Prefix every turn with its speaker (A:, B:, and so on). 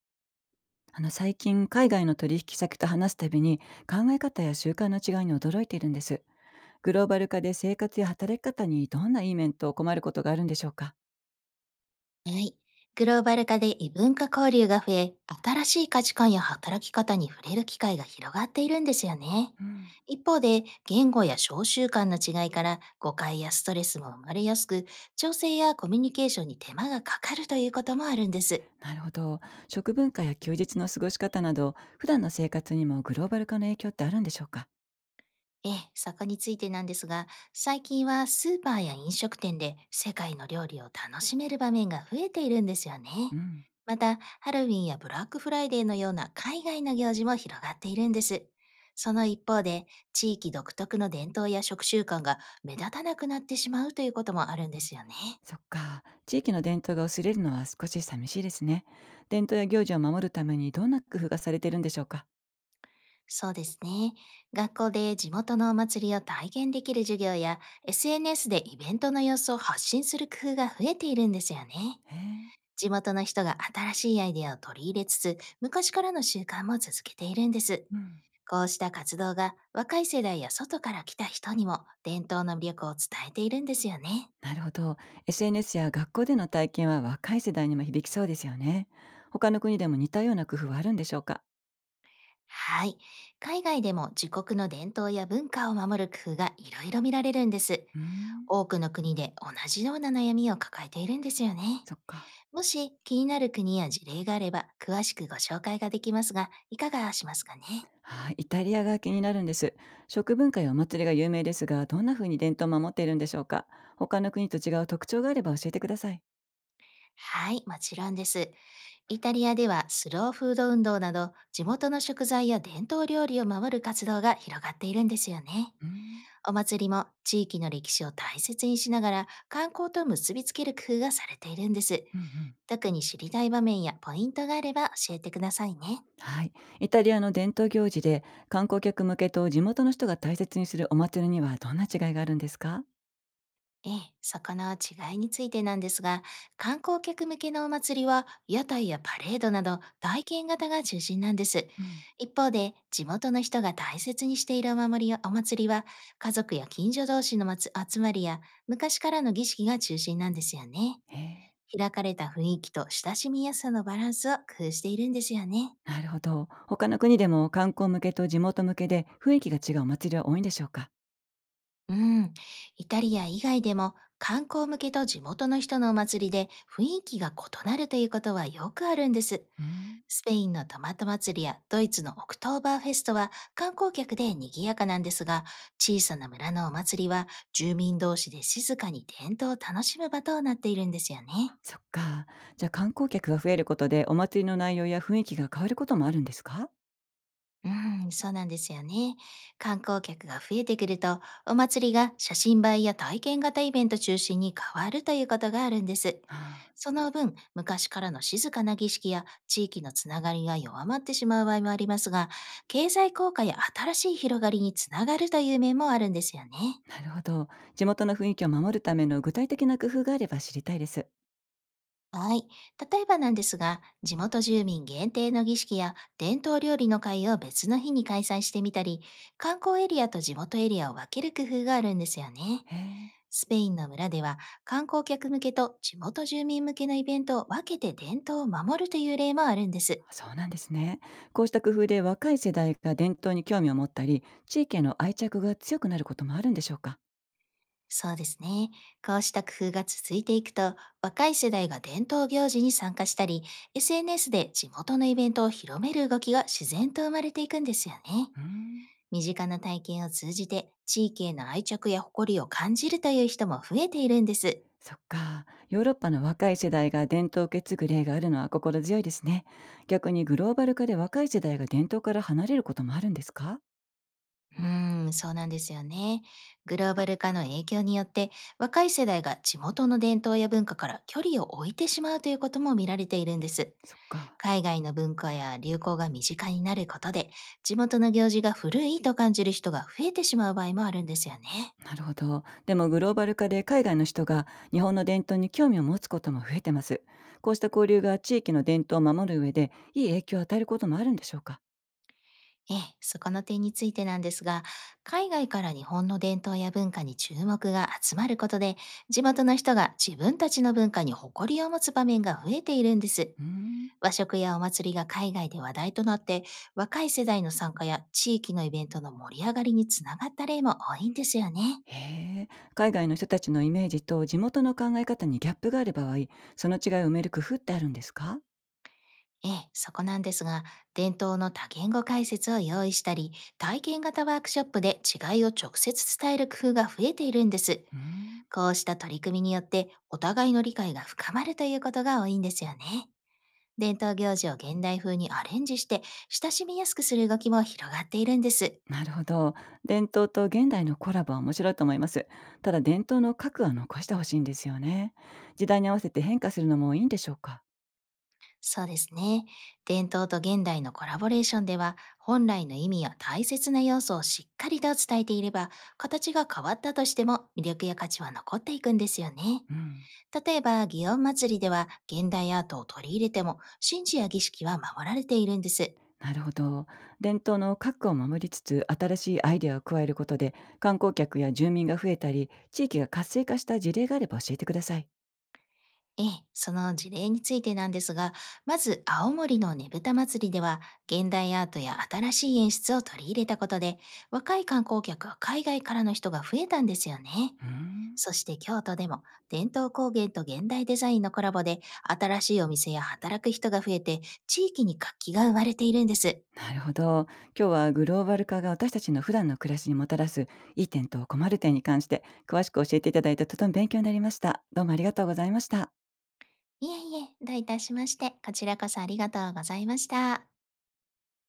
A: 最近海外の取引先と話すたびに、考え方や習慣の違いに驚いているんです。グローバル化で生活や働き方にどんないい面と困ることがあるんでしょうか？
B: はい。グローバル化で異文化交流が増え、新しい価値観や働き方に触れる機会が広がっているんですよね。
A: うん。
B: 一方で、言語や小習慣の違いから誤解やストレスも生まれやすく、調整やコミュニケーションに手間がかかるということもあるんです。
A: なるほど。食文化や休日の過ごし方など普段の生活にもグローバル化の影響ってあるんでしょうか？
B: ええ、そこについてなんですが、最近はスーパーや飲食店で世界の料理を楽しめる場面が増えているんですよね。
A: うん。
B: また、ハロウィンやブラックフライデーのような海外の行事も広がっているんです。その一方で、地域独特の伝統や食習慣が目立たなくなってしまうということもあるんですよね。
A: そっか、地域の伝統が薄れるのは少し寂しいですね。伝統や行事を守るためにどんな工夫がされてるんでしょうか？
B: そうですね。学校で地元のお祭りを体験できる授業や、SNS でイベントの様子を発信する工夫が増えているんですよね。
A: へえ。
B: 地元の人が新しいアイデアを取り入れつつ、昔からの習慣も続けているんです。
A: うん。
B: こうした活動が若い世代や外から来た人にも伝統の魅力を伝えているんですよね。
A: なるほど。SNS や学校での体験は若い世代にも響きそうですよね。他の国でも似たような工夫はあるんでしょうか？
B: はい。海外でも自国の伝統や文化を守る工夫がいろいろ見られるんです。
A: うーん、
B: 多くの国で同じような悩みを抱えているんですよね。
A: そっか。
B: もし気になる国や事例があれば詳しくご紹介ができますが、いかがしますかね。
A: はい、イタリアが気になるんです。食文化やお祭りが有名ですが、どんな風に伝統を守っているんでしょうか？他の国と違う特徴があれば教えてください。
B: はい、もちろんです。イタリアではスローフード運動など地元の食材や伝統料理を守る活動が広がっているんですよね。
A: うーん、
B: お祭りも地域の歴史を大切にしながら観光と結びつける工夫がされているんです。
A: うんうん。
B: 特に知りたい場面やポイントがあれば教えてくださいね。
A: はい。イタリアの伝統行事で観光客向けと地元の人が大切にするお祭りにはどんな違いがあるんですか？
B: ええ、そこの違いについてなんですが、観光客向けのお祭りは屋台やパレードなど体験型が中心なんです。
A: うん。
B: 一方で、地元の人が大切にしているお守りやお祭りは、家族や近所同士のまつ集まりや昔からの儀式が中心なんですよね。
A: へえ。
B: 開かれた雰囲気と親しみやすさのバランスを工夫しているんですよね。
A: なるほど。他の国でも観光向けと地元向けで雰囲気が違うお祭りは多いんでしょうか？
B: うん。イタリア以外でも観光向けと地元の人のお祭りで雰囲気が異なるということはよくあるんです。
A: うーん。
B: スペインのトマト祭りやドイツのオクトーバーフェストは観光客で賑やかなんですが、小さな村のお祭りは住民同士で静かに伝統を楽しむ場となっているんですよね。
A: そっか。じゃあ観光客が増えることでお祭りの内容や雰囲気が変わることもあるんですか？
B: うん、そうなんですよね。観光客が増えてくると、お祭りが写真映えや体験型イベント中心に変わるということがあるんです。
A: ああ。
B: その分、昔からの静かな儀式や地域のつながりが弱まってしまう場合もありますが、経済効果や新しい広がりにつながるという面もあるんですよね。
A: なるほど。地元の雰囲気を守るための具体的な工夫があれば知りたいです。
B: はい。例えばなんですが、地元住民限定の儀式や伝統料理の会を別の日に開催してみたり、観光エリアと地元エリアを分ける工夫があるんですよね。
A: へえ、
B: スペインの村では観光客向けと地元住民向けのイベントを分けて伝統を守るという例もあるんです。
A: そうなんですね。こうした工夫で若い世代が伝統に興味を持ったり、地域への愛着が強くなることもあるんでしょうか？
B: そうですね。こうした工夫が続いていくと、若い世代が伝統行事に参加したり、SNS で地元のイベントを広める動きが自然と生まれていくんですよね。
A: うーん。
B: 身近な体験を通じて地域への愛着や誇りを感じるという人も増えているんです。
A: そっか。ヨーロッパの若い世代が伝統を受け継ぐ例があるのは心強いですね。逆にグローバル化で若い世代が伝統から離れることもあるんですか？
B: うーん、そうなんですよね。グローバル化の影響によって若い世代が地元の伝統や文化から距離を置いてしまうということも見られているんです。
A: そっか。
B: 海外の文化や流行が身近になることで地元の行事が古いと感じる人が増えてしまう場合もあるんですよね。
A: なるほど。でもグローバル化で海外の人が日本の伝統に興味を持つことも増えてます。こうした交流が地域の伝統を守る上でいい影響を与えることもあるんでしょうか？
B: ええ、そこの点についてなんですが、海外から日本の伝統や文化に注目が集まることで、地元の人が自分たちの文化に誇りを持つ場面が増えているんです。
A: うーん。
B: 和食やお祭りが海外で話題となって、若い世代の参加や地域のイベントの盛り上がりにつながった例も多いんですよね。
A: へえ。海外の人たちのイメージと地元の考え方にギャップがある場合、その違いを埋める工夫ってあるんですか？
B: ええ、そこなんですが、伝統の多言語解説を用意したり、体験型ワークショップで違いを直接伝える工夫が増えているんです。
A: うーん。
B: こうした取り組みによってお互いの理解が深まるということが多いんですよね。伝統行事を現代風にアレンジして親しみやすくする動きも広がっているんです。
A: なるほど。伝統と現代のコラボは面白いと思います。ただ伝統の核は残してほしいんですよね。時代に合わせて変化するのもいいんでしょうか。
B: そうですね。伝統と現代のコラボレーションでは本来の意味や大切な要素をしっかりと伝えていれば、形が変わったとしても魅力や価値は残っていくんですよね。
A: うん。
B: 例えば、祇園祭では現代アートを取り入れても神事や儀式は守られているんです。
A: なるほど。伝統の核を守りつつ、新しいアイデアを加えることで、観光客や住民が増えたり、地域が活性化した事例があれば教えてください。
B: ええ、その事例についてなんですが、まず青森のねぶた祭りでは、現代アートや新しい演出を取り入れたことで、若い観光客は海外からの人が増えたんですよね。
A: うーん。
B: そして京都でも、伝統工芸と現代デザインのコラボで、新しいお店や働く人が増えて、地域に活気が生まれているんです。
A: なるほど。今日はグローバル化が私たちの普段の暮らしにもたらすいい点と困る点に関して詳しく教えていただいて、とても勉強になりました。どうもありがとうございました。
B: いえいえ、どういたしまして、こちらこそありがとうございました。